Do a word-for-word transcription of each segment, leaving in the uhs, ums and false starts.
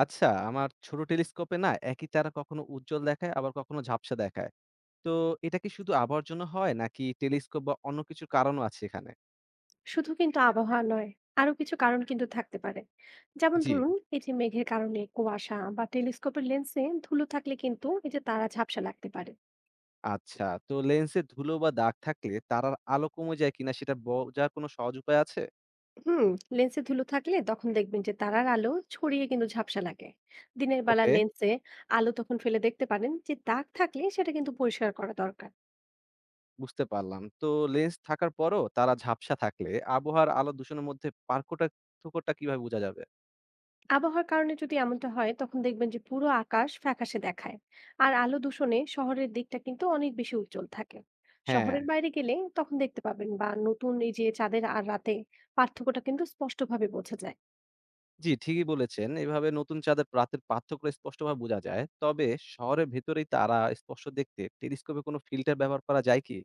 আচ্ছা, আমার ছোট টেলিস্কোপে না একই তারা কখনো উজ্জ্বল দেখায় আবার কখনো ঝাপসা দেখায়। তো এটা কি শুধু আবহাওয়ার জন্য হয় নাকি টেলিস্কোপ বা অন্য কিছুর কারণও আছে এখানে? শুধু কিন্তু আবহাওয়া নয়। আরো কিছু কারণ কিন্তু থাকতে পারে। যেমন জি। ধরুন, এই যে মেঘের কারণে কুয়াশা বা টেলিস্কোপের লেন্সে ধুলো থাকলে কিন্তু এই যে তারা ঝাপসা লাগতে পারে। আচ্ছা, তো লেন্সে ধুলো বা দাগ থাকলে তারার আলো কমে যায় কিনা সেটা বোঝার কোনো সহজ উপায় আছে? হুম। লেন্সে ধুলো থাকলে তখন দেখবেন যে তারার আলো ছড়িয়ে কিন্তু ঝাপসা লাগে। দিনের বেলা ওকে। লেন্সে আলো তখন ফেলে দেখতে পারেন যে দাগ থাকলে সেটা কিন্তু পরিষ্কার করা দরকার। বুঝতে পারলাম। তো লেন্স থাকার পরও তারা ঝাপসা থাকলে আবহাওয়ার আলো দূষণের মধ্যে পার্কোটা পার্থক্যটা কিভাবে বোঝা যাবে? আবহাওয়ার কারণে যদি এমনটা হয় তখন দেখবেন যে পুরো আকাশ ফ্যাকাশে দেখায়। আর আলো দূষণে শহরের দিকটা কিন্তু অনেক বেশি উজ্জ্বল থাকে। হ্যাঁ। শহরের বাইরে গেলে তখন দেখতে পাবেন বা নতুন এই যে চাঁদের আর রাতে পার্থক্যটা কিন্তু স্পষ্টভাবে বোঝা যায়। জি, ঠিকই বলেছেন। এভাবে নতুন চাঁদের রাতের পার্থক্য স্পষ্টভাবে বোঝা যায়। তবে শহরের ভেতরেই তারা স্পষ্ট দেখতে টেলিস্কোপে কোনো ফিল্টার ব্যবহার করা যায় কি?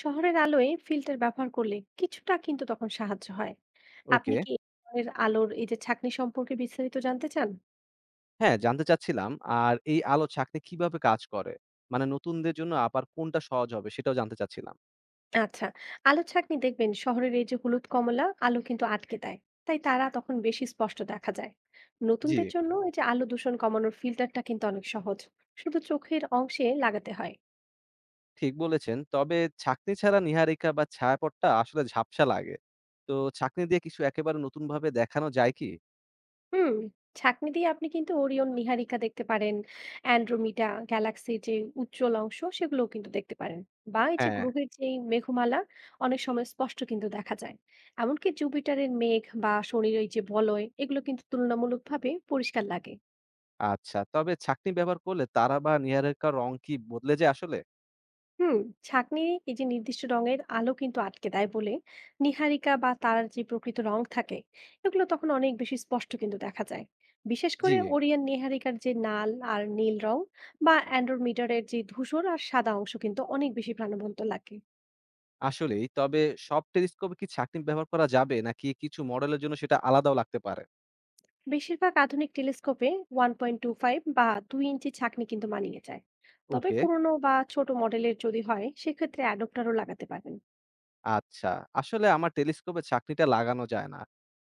শহরের আলোয় ফিল্টার ব্যবহার করলে কিছুটা কিন্তু তখন সাহায্য হয়। আপনি ওকে। কি এই ধরনের আলোর এই যে ছাঁকনি সম্পর্কে বিস্তারিত জানতে চান? হ্যাঁ, জানতে চাচ্ছিলাম আর এই আলো ছাঁকনি কিভাবে কাজ করে? মানে নতুনদের জন্য আবার কোনটা সহজ হবে সেটাও জানতে চাচ্ছিলাম। আচ্ছা, আলোর ছাঁকনি দেখবেন শহরের এই যে হলুদ কমলা আলো কিন্তু আটকে দেয়। তাই তারা তখন বেশি স্পষ্ট দেখা যায়। জি, নতুনদের জন্য এই যে আলো দূষণ কমানোর ফিল্টারটা কিন্তু অনেক সহজ। শুধু চোখের অংশে লাগাতে হয়। ঠিক বলেছেন। তবে ছাঁকনি ছাড়া নীহারিকা বা ছায়াপথটা আসলে ঝাপসা লাগে। তো ছাঁকনি দিয়ে কিছু একেবারে নতুনভাবে দেখানো যায় কি? হুম, ছাঁকনি দিয়ে আপনি কিন্তু ওরিয়ন নীহারিকা দেখতে পারেন, অ্যানড্রোমিডা গ্যালাক্সির যে উজ্জ্বল অংশ সেগুলোও কিন্তু দেখতে পারেন। বা এই যে হ্যাঁ, গ্রহের যেই মেঘমালা অনেক সময় স্পষ্ট কিন্তু দেখা যায়। এমনকি জুপিটারের মেঘ বা শনির ওই যে বলয় এগুলো কিন্তু তুলনামূলকভাবে পরিষ্কার লাগে। আচ্ছা। তবে ছাঁকনি ব্যবহার করলে তারা বা নীহারিকার রং কি বদলে যায় আসলে? হুম। ছাঁকনি এই যে নির্দিষ্ট রঙের আলো কিন্তু আটকে দেয় বলে নীহারিকা বা তারার যে প্রকৃত রং থাকে এগুলো তখন অনেক বেশি স্পষ্ট কিন্তু দেখা যায়। বিশেষ জি। করে ওরিয়ন নীহারিকার যে নাল আর নীল রং বা অ্যান্ড্রোমিটারের যে ধূসর আর সাদা অংশ কিন্তু অনেক বেশি প্রাণবন্ত লাগে। আসলেই। তবে সব টেলিস্কোপে কি ছাঁকনি ব্যবহার করা যাবে? নাকি কিছু মডেলের জন্য সেটা আলাদাও লাগতে পারে? বেশিরভাগ আধুনিক টেলিস্কোপে ওয়ান পয়েন্ট টু ফাইভ বা দুই ইঞ্চি ছাঁকনি কিন্তু মানিয়ে যায়। তবে ওকে, পুরনো বা ছোট মডেলের যদি হয় সেক্ষেত্রে অ্যাডপ্টারও লাগাতে পারেন। আচ্ছা। আসলে আমার টেলিস্কোপে ছাঁকনিটা লাগানো যায় না।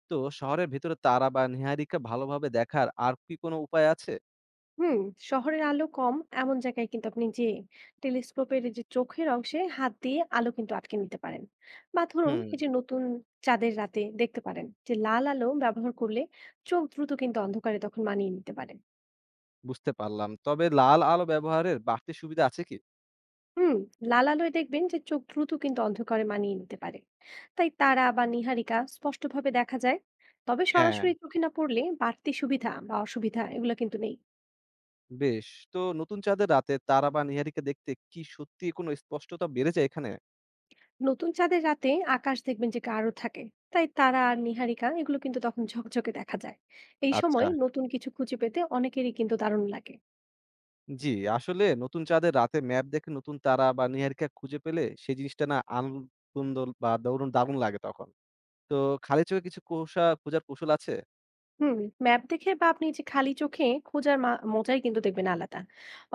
তো শহরের ভেতরে তারা বা নীহারিকা ভালোভাবে দেখার আর কি কোনো উপায় আছে? হুম। শহরের আলো কম এমন জায়গায় কিন্তু আপনি যে টেলিস্কোপের যে চোখের অংশে হাত দিয়ে আলো কিন্তু আটকে নিতে পারেন। বা ধরুন হুম। এই যে নতুন চাঁদের রাতে দেখতে পারেন যে লাল আলো ব্যবহার করলে চোখ দ্রুত কিন্তু অন্ধকারে তখন মানিয়ে নিতে পারে। বুঝতে পারলাম। তবে লাল আলো ব্যবহারের বাড়তি সুবিধা আছে কি? হুম। লাল আলোয় দেখবেন যে চোখ দ্রুত কিন্তু অন্ধকারে মানিয়ে নিতে পারে। তাই তারা বা নীহারিকা স্পষ্টভাবে দেখা যায়। তবে হ্যাঁ। সরাসরি চোখে না পড়লে বাড়তি সুবিধা বা অসুবিধা এগুলো কিন্তু নেই। বেশ। তো নতুন চাঁদের রাতে তারা বা নীহারিকা দেখতে কি সত্যিই কোনো স্পষ্টতা বেড়ে যায় এখানে? নতুন চাঁদের রাতে আকাশ দেখবেন যে গাঢ় থাকে। তাই তারা আর নীহারিকা এগুলো কিন্তু তখন ঝকঝকে দেখা যায়। এই আচ্ছা। সময় নতুন কিছু খুঁজে পেতে অনেকেরই কিন্তু দারুণ লাগে। জি, আসলে নতুন চাঁদের রাতে ম্যাপ দেখে নতুন তারা বা নীহারিকা খুঁজে পেলে সেই জিনিসটা না আনন্দ বা দরুন দারুণ লাগে তখন। তো খালি চোখে কিছু কৌশা খোঁজার কৌশল আছে? হুম। ম্যাপ দেখে বা আপনি যে খালি চোখে খোঁজার মা- মজাই কিন্তু দেখবেন আলাদা।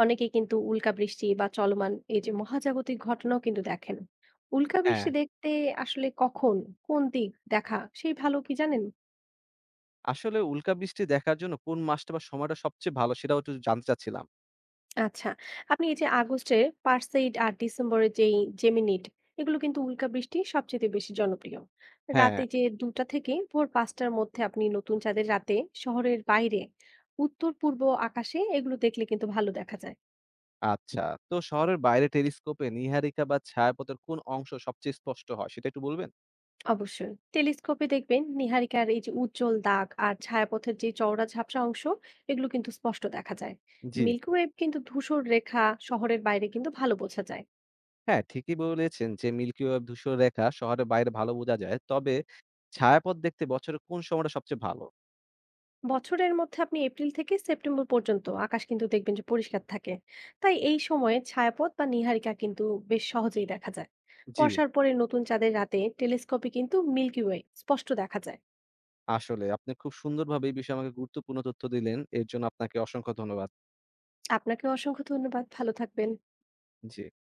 অনেকেই কিন্তু উল্কা বৃষ্টি বা চলমান এই যে মহাজাগতিক ঘটনাও কিন্তু দেখেন। উল্কা হ্যাঁ, বৃষ্টি দেখতে আসলে কখন কোন দিক দেখা সেই ভালো কি জানেন? আসলে উল্কাবৃষ্টি দেখার জন্য কোন মাসটা বা সময়টা সবচেয়ে ভালো সেটাও একটু জানতে চাচ্ছিলাম। আচ্ছা। আপনি এই যে আগস্টে পারসেইড আর ডিসেম্বরে যেই জেমিনিড এগুলো কিন্তু উল্কাবৃষ্টি সবচেয়ে বেশি জনপ্রিয়। হ্যাঁ, রাতে যে দুইটা থেকে ভোর পাঁচটার মধ্যে আপনি নতুন চাঁদের রাতে শহরের বাইরে উত্তর-পূর্ব আকাশে এগুলো দেখলে কিন্তু ভালো দেখা যায়। আচ্ছা, তো শহরের বাইরে টেলিস্কোপে নীহারিকা বা ছায়াপথের কোন অংশ সবচেয়ে স্পষ্ট হয় সেটা একটু বলবেন? অবশ্যই। টেলিস্কোপে দেখবেন নীহারিকার এই যে উজ্জ্বল দাগ আর ছায়াপথের যে চওড়া ঝাপসা অংশ এগুলো কিন্তু স্পষ্ট দেখা যায়। জি, মিল্কি ওয়েব কিন্তু ধূসর রেখা শহরের বাইরে কিন্তু ভালো বোঝা যায়। হ্যাঁ ঠিকই বলেছেন যে মিল্কি ওয়ে ধূসর রেখা শহরের বাইরে ভালো বোঝা যায়। তবে ছায়াপথ দেখতে বছরের কোন সময়টা সবচেয়ে ভালো? বছরের মধ্যে আপনি এপ্রিল থেকে সেপ্টেম্বর পর্যন্ত আকাশ কিন্তু দেখবেন যে পরিষ্কার থাকে। তাই এই সময়ে ছায়াপথ বা নীহারিকা কিন্তু বেশ সহজেই দেখা যায়। জি। বর্ষার পরে নতুন চাঁদের রাতে টেলিস্কোপে কিন্তু মিল্কি ওয়ে স্পষ্ট দেখা যায়। আসলে আপনি খুব সুন্দরভাবে এই বিষয়ে আমাকে গুরুত্বপূর্ণ তথ্য দিলেন। এর জন্য আপনাকে অসংখ্য ধন্যবাদ। আপনাকেও অসংখ্য ধন্যবাদ, ভালো থাকবেন। জি।